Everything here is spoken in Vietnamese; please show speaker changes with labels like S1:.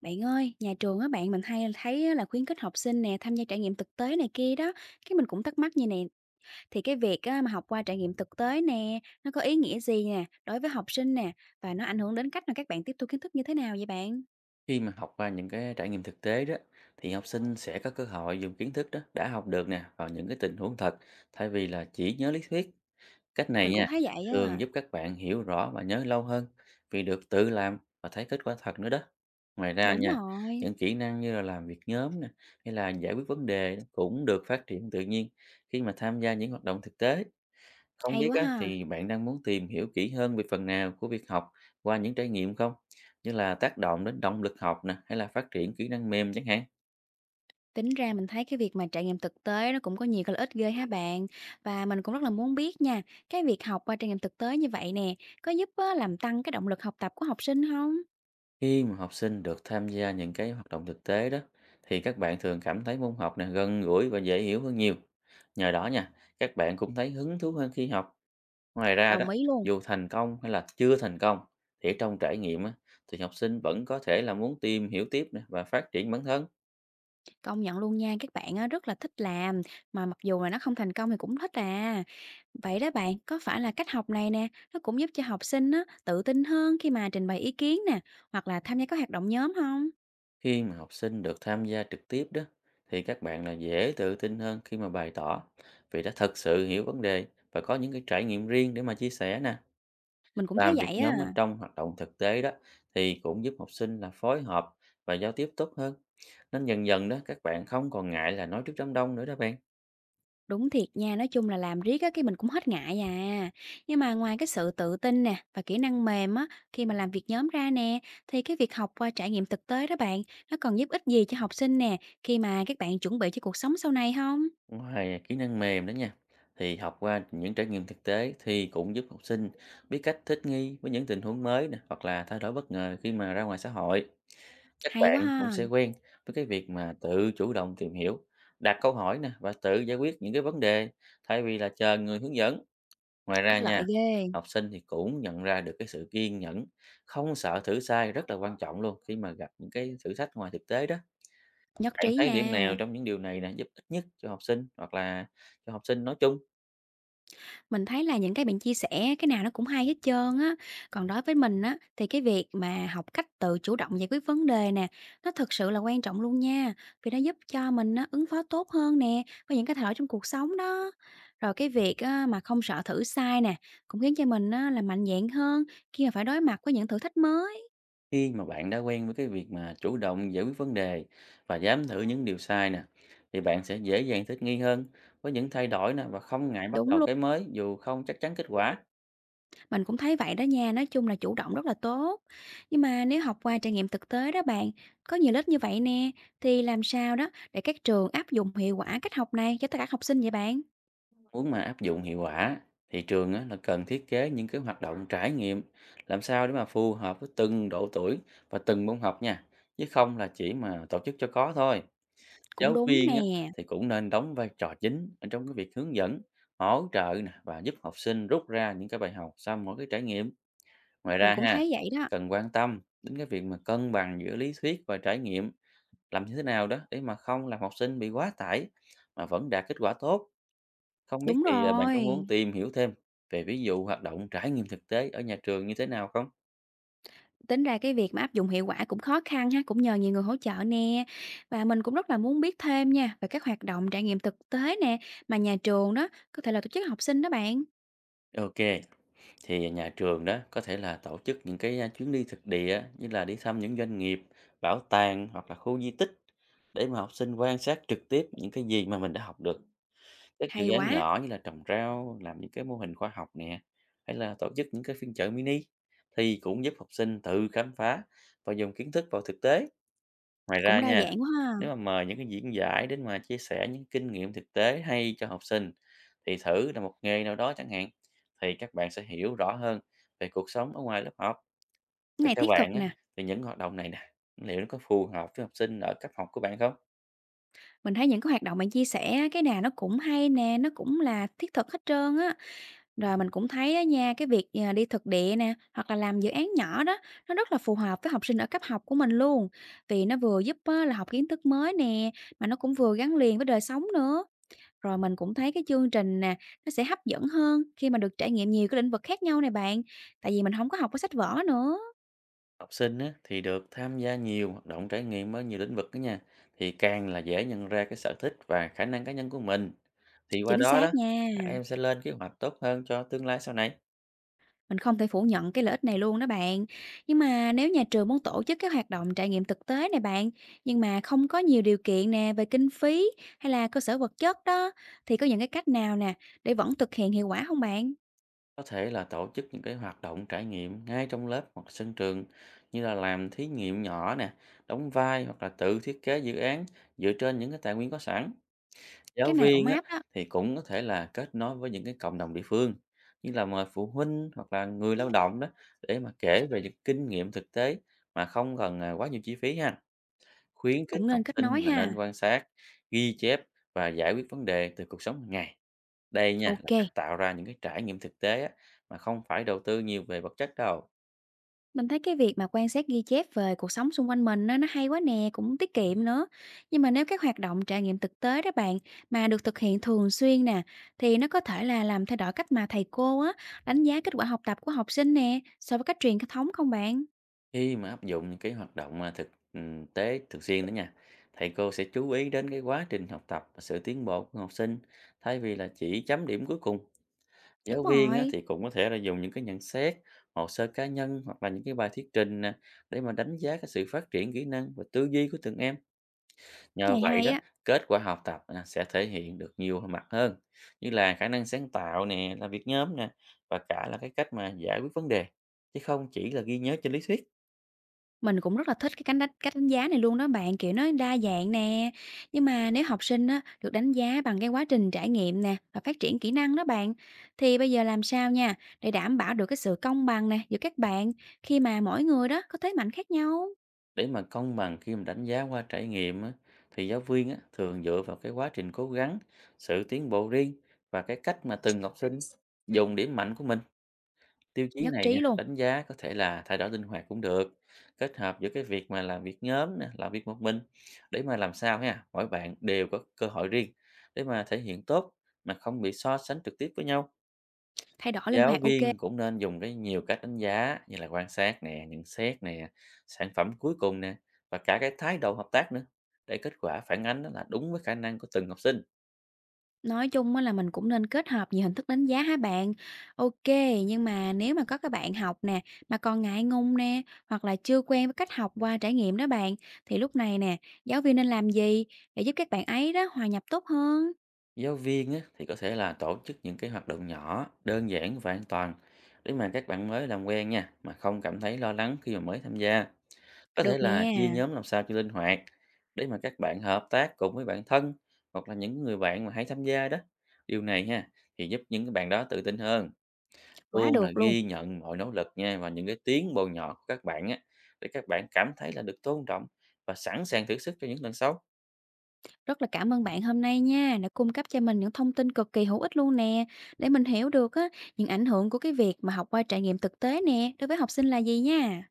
S1: Bạn ơi, nhà trường á bạn, mình hay thấy á là khuyến khích học sinh nè, tham gia trải nghiệm thực tế này kia đó. Cái mình cũng thắc mắc như nè, thì cái việc á mà học qua trải nghiệm thực tế nè, nó có ý nghĩa gì nè, đối với học sinh nè, và nó ảnh hưởng đến cách mà các bạn tiếp thu kiến thức như thế nào vậy bạn?
S2: Khi mà học qua những cái trải nghiệm thực tế đó thì học sinh sẽ có cơ hội dùng kiến thức đó đã học được nè vào những cái tình huống thật, thay vì là chỉ nhớ lý thuyết. Cách này
S1: Mình
S2: nha,
S1: cũng thấy vậy
S2: thường
S1: á.
S2: giúp các bạn hiểu rõ và nhớ lâu hơn, vì được tự làm và thấy kết quả thật nữa đó. Ngoài ra
S1: Đúng
S2: nha,
S1: rồi,
S2: những kỹ năng như là làm việc nhóm nè, hay là giải quyết vấn đề cũng được phát triển tự nhiên khi mà tham gia những hoạt động thực tế. Không
S1: hay
S2: biết
S1: quá
S2: á,
S1: ha.
S2: thì bạn đang muốn tìm hiểu kỹ hơn về phần nào của việc học qua những trải nghiệm không? Như là tác động đến động lực học nè, hay là phát triển kỹ năng mềm chẳng hạn.
S1: Tính ra mình thấy cái việc mà trải nghiệm thực tế nó cũng có nhiều cái lợi ích ghê ha bạn. Và mình cũng rất là muốn biết nha, cái việc học qua trải nghiệm thực tế như vậy nè, có giúp á, làm tăng cái động lực học tập của học sinh không?
S2: Khi mà học sinh được tham gia những cái hoạt động thực tế đó, thì các bạn thường cảm thấy môn học này gần gũi và dễ hiểu hơn nhiều. Nhờ đó nha, các bạn cũng thấy hứng thú hơn khi học. Ngoài ra đó,
S1: Đồng ý luôn.
S2: dù thành công hay là chưa thành công, thì ở trong trải nghiệm á, thì học sinh vẫn có thể là muốn tìm hiểu tiếp nè, và phát triển bản thân.
S1: Công nhận luôn nha, các bạn á, rất là thích làm, mà mặc dù là nó không thành công thì cũng thích à. Vậy đó bạn, có phải là cách học này nè, nó cũng giúp cho học sinh á, tự tin hơn khi mà trình bày ý kiến nè, hoặc là tham gia các hoạt động nhóm không?
S2: Khi mà học sinh được tham gia trực tiếp đó, thì các bạn là dễ tự tin hơn khi mà bày tỏ, vì đã thật sự hiểu vấn đề và có những cái trải nghiệm riêng để mà chia sẻ nè.
S1: Mình cũng thấy
S2: Làm việc
S1: vậy á.
S2: nhóm ở trong hoạt động thực tế đó thì cũng giúp học sinh là phối hợp và giao tiếp tốt hơn, nên dần dần đó các bạn không còn ngại là nói trước đám đông nữa đó bạn.
S1: Đúng thiệt nha, nói chung là làm riết á, cái mình cũng hết ngại à. Nhưng mà ngoài cái sự tự tin nè và kỹ năng mềm á, khi mà làm việc nhóm ra nè, thì cái việc học qua trải nghiệm thực tế đó bạn, nó còn giúp ích gì cho học sinh nè, khi mà các bạn chuẩn bị cho cuộc sống sau này không?
S2: Ngoài kỹ năng mềm đó nha, thì học qua những trải nghiệm thực tế thì cũng giúp học sinh biết cách thích nghi với những tình huống mới nè, hoặc là thay đổi bất ngờ khi mà ra ngoài xã hội. Các
S1: Hay quá
S2: bạn cũng
S1: ha.
S2: sẽ quen với cái việc mà tự chủ động tìm hiểu, đặt câu hỏi nè, và tự giải quyết những cái vấn đề, thay vì là chờ người hướng dẫn. Ngoài
S1: Có
S2: ra nha,
S1: lợi ghê,
S2: học sinh thì cũng nhận ra được cái sự kiên nhẫn, không sợ thử sai rất là quan trọng luôn, khi mà gặp những cái thử thách ngoài thực tế đó.
S1: nhất
S2: Bạn
S1: trí
S2: thấy điểm
S1: nha.
S2: nào trong những điều này là giúp ích nhất cho học sinh, hoặc là cho học sinh nói chung?
S1: Mình thấy là những cái bạn chia sẻ cái nào nó cũng hay hết trơn á. Còn đối với mình á thì cái việc mà học cách tự chủ động giải quyết vấn đề nè, nó thực sự là quan trọng luôn nha, vì nó giúp cho mình á ứng phó tốt hơn nè với những cái thay đổi trong cuộc sống đó. Rồi cái việc á mà không sợ thử sai nè, cũng khiến cho mình á là mạnh dạn hơn khi mà phải đối mặt với những thử thách mới.
S2: Khi mà bạn đã quen với cái việc mà chủ động giải quyết vấn đề và dám thử những điều sai nè, thì bạn sẽ dễ dàng thích nghi hơn với những thay đổi nè, và không ngại bắt
S1: Đúng
S2: đầu
S1: luôn.
S2: cái mới dù không chắc chắn kết quả.
S1: Mình cũng thấy vậy đó nha, nói chung là chủ động rất là tốt. Nhưng mà nếu học qua trải nghiệm thực tế đó bạn, có nhiều lớp như vậy nè, thì làm sao đó để các trường áp dụng hiệu quả cách học này cho tất cả các học sinh vậy bạn?
S2: Muốn mà áp dụng hiệu quả thì trường á, là cần thiết kế những cái hoạt động trải nghiệm làm sao để mà phù hợp với từng độ tuổi và từng môn học nha, chứ không là chỉ mà tổ chức cho có thôi.
S1: Cũng
S2: Giáo
S1: đúng
S2: viên á,
S1: nè,
S2: thì cũng nên đóng vai trò chính ở trong cái việc hướng dẫn, hỗ trợ nè, và giúp học sinh rút ra những cái bài học sau mỗi cái trải nghiệm. Ngoài
S1: mình
S2: ra
S1: cũng
S2: ha,
S1: thấy vậy đó.
S2: cần quan tâm đến cái việc mà cân bằng giữa lý thuyết và trải nghiệm, làm như thế nào đó để mà không làm học sinh bị quá tải, mà vẫn đạt kết quả tốt. Không biết
S1: Đúng
S2: thì bạn có muốn
S1: rồi,
S2: tìm hiểu thêm về ví dụ hoạt động trải nghiệm thực tế ở nhà trường như thế nào không?
S1: tính ra cái việc mà áp dụng hiệu quả cũng khó khăn ha, cũng nhờ nhiều người hỗ trợ nè. Và mình cũng rất là muốn biết thêm nha về các hoạt động trải nghiệm thực tế nè mà nhà trường đó có thể là tổ chức học sinh đó bạn.
S2: Ok. Thì nhà trường đó có thể là tổ chức những cái chuyến đi thực địa, như là đi thăm những doanh nghiệp, bảo tàng hoặc là khu di tích, để mà học sinh quan sát trực tiếp những cái gì mà mình đã học được. Các dự
S1: Hay
S2: án
S1: quá,
S2: nhỏ như là trồng rau, làm những cái mô hình khoa học nè, hay là tổ chức những cái phiên chợ mini thì cũng giúp học sinh tự khám phá và dùng kiến thức vào thực tế. Ngoài ra
S1: cũng đa
S2: nha,
S1: dạng quá ha.
S2: nếu mà mời những cái diễn giải đến mà chia sẻ những kinh nghiệm thực tế hay cho học sinh, thì thử là một nghề nào đó chẳng hạn, thì các bạn sẽ hiểu rõ hơn về cuộc sống ở ngoài lớp học.
S1: Cái
S2: Vậy
S1: này
S2: theo
S1: thiết
S2: bạn
S1: thực
S2: á,
S1: nè.
S2: thì những hoạt động này nè, liệu nó có phù hợp với học sinh ở cấp học của bạn không?
S1: Mình thấy những cái hoạt động bạn chia sẻ á, cái nào nó cũng hay nè, nó cũng là thiết thực hết trơn á. Rồi mình cũng thấy á nha, cái việc, đi thực địa nè, hoặc là làm dự án nhỏ đó, nó rất là phù hợp với học sinh ở cấp học của mình luôn. Vì nó vừa giúp á là học kiến thức mới nè, mà nó cũng vừa gắn liền với đời sống nữa. Rồi mình cũng thấy cái chương trình nè, nó sẽ hấp dẫn hơn khi mà được trải nghiệm nhiều cái lĩnh vực khác nhau này bạn, tại vì mình không có học qua sách vở nữa.
S2: Học sinh á, thì được tham gia nhiều hoạt động trải nghiệm ở nhiều lĩnh vực đó nha, thì càng là dễ nhận ra cái sở thích và khả năng cá nhân của mình. Thì qua
S1: Chính
S2: đó đó,
S1: xác nha.
S2: các em sẽ lên kế hoạch tốt hơn cho tương lai sau này.
S1: Mình không thể phủ nhận cái lợi ích này luôn đó bạn. Nhưng mà nếu nhà trường muốn tổ chức các hoạt động trải nghiệm thực tế này bạn, nhưng mà không có nhiều điều kiện nè về kinh phí hay là cơ sở vật chất đó, thì có những cái cách nào nè để vẫn thực hiện hiệu quả không bạn?
S2: Có thể là tổ chức những cái hoạt động trải nghiệm ngay trong lớp hoặc sân trường, như là làm thí nghiệm nhỏ nè, đóng vai, hoặc là tự thiết kế dự án dựa trên những cái tài nguyên có sẵn. Giáo
S1: Cái này ổn
S2: viên á,
S1: áp đó,
S2: thì cũng có thể là kết nối với những cái cộng đồng địa phương, như là mời phụ huynh hoặc là người lao động đó, để mà kể về những kinh nghiệm thực tế mà không cần quá nhiều chi phí ha. Khuyến khích
S1: cũng
S2: học
S1: nên kết
S2: sinh
S1: nối
S2: là nên
S1: ha.
S2: quan sát, ghi chép và giải quyết vấn đề từ cuộc sống hàng ngày. Đây nha, là
S1: Ok,
S2: cách tạo ra những cái trải nghiệm thực tế á, mà không phải đầu tư nhiều về vật chất đâu.
S1: mình thấy cái việc mà quan sát ghi chép về cuộc sống xung quanh mình á, nó hay quá nè, cũng tiết kiệm nữa. Nhưng mà nếu các hoạt động trải nghiệm thực tế đó bạn mà được thực hiện thường xuyên nè thì nó có thể là làm thay đổi cách mà thầy cô á đánh giá kết quả học tập của học sinh nè so với cách truyền thống không bạn?
S2: Khi mà áp dụng những cái hoạt động thực tế thường xuyên đó nha, thầy cô sẽ chú ý đến cái quá trình học tập và sự tiến bộ của học sinh, thay vì là chỉ chấm điểm cuối cùng.
S1: Đúng
S2: Giáo viên á,
S1: rồi,
S2: thì cũng có thể là dùng những cái nhận xét, hồ sơ cá nhân, hoặc là những cái bài thuyết trình nè, để mà đánh giá cái sự phát triển kỹ năng và tư duy của từng em. Nhờ
S1: này
S2: vậy
S1: hay
S2: đó,
S1: á.
S2: kết quả học tập sẽ thể hiện được nhiều mặt hơn, như là khả năng sáng tạo nè, làm việc nhóm nè, và cả là cái cách mà giải quyết vấn đề, chứ không chỉ là ghi nhớ trên lý thuyết.
S1: Mình cũng rất là thích cái cánh đánh cách đánh giá này luôn đó bạn, kiểu, nó đa dạng nè. Nhưng mà nếu học sinh á, được đánh giá bằng cái quá trình trải nghiệm nè và phát triển kỹ năng đó bạn, thì bây giờ làm sao nha để đảm bảo được cái sự công bằng nè giữa các bạn khi mà mỗi người đó có thế mạnh khác nhau?
S2: Để mà công bằng khi mà đánh giá qua trải nghiệm á, thì giáo viên á, thường dựa vào cái quá trình cố gắng, sự tiến bộ riêng và cái cách mà từng học sinh dùng điểm mạnh của mình. Tiêu chí
S1: Nhất
S2: này nha,
S1: trí luôn,
S2: đánh giá có thể là thay đổi linh hoạt cũng được, kết hợp giữa cái việc mà làm việc nhóm nè, làm việc một mình, để mà làm sao ha, mỗi bạn đều có cơ hội riêng để mà thể hiện tốt, mà không bị so sánh trực tiếp với nhau.
S1: thay đổi linh
S2: Giáo
S1: hoạt OK.
S2: viên cũng nên dùng cái nhiều cách đánh giá, như là quan sát nè, nhận xét nè, sản phẩm cuối cùng nè, và cả cái thái độ hợp tác nữa, để kết quả phản ánh đó là đúng với khả năng của từng học sinh.
S1: Nói chung á là mình cũng nên kết hợp nhiều hình thức đánh giá hả bạn? OK, nhưng mà nếu mà có các bạn học nè, mà còn ngại ngùng nè, hoặc là chưa quen với cách học qua trải nghiệm đó bạn, thì lúc này nè, giáo viên nên làm gì để giúp các bạn ấy đó hòa nhập tốt hơn?
S2: Giáo viên á, thì có thể là tổ chức những cái hoạt động nhỏ, đơn giản và an toàn, để mà các bạn mới làm quen nha, mà không cảm thấy lo lắng khi mà mới tham gia. Có thể
S1: Được
S2: là chia
S1: nè,
S2: nhóm làm sao cho linh hoạt, để mà các bạn hợp tác cùng với bạn thân, hoặc là những người bạn mà hay tham gia đó. Điều này ha, thì giúp những cái bạn đó tự tin hơn,
S1: quá
S2: luôn là
S1: được luôn.
S2: ghi nhận mọi nỗ lực nha, và những cái tiến bộ nhỏ của các bạn á, để các bạn cảm thấy là được tôn trọng và sẵn sàng thử sức cho những lần sau.
S1: Rất là cảm ơn bạn hôm nay nha, đã cung cấp cho mình những thông tin cực kỳ hữu ích luôn nè, để mình hiểu được á, những ảnh hưởng của cái việc mà học qua trải nghiệm thực tế nè, đối với học sinh là gì nha.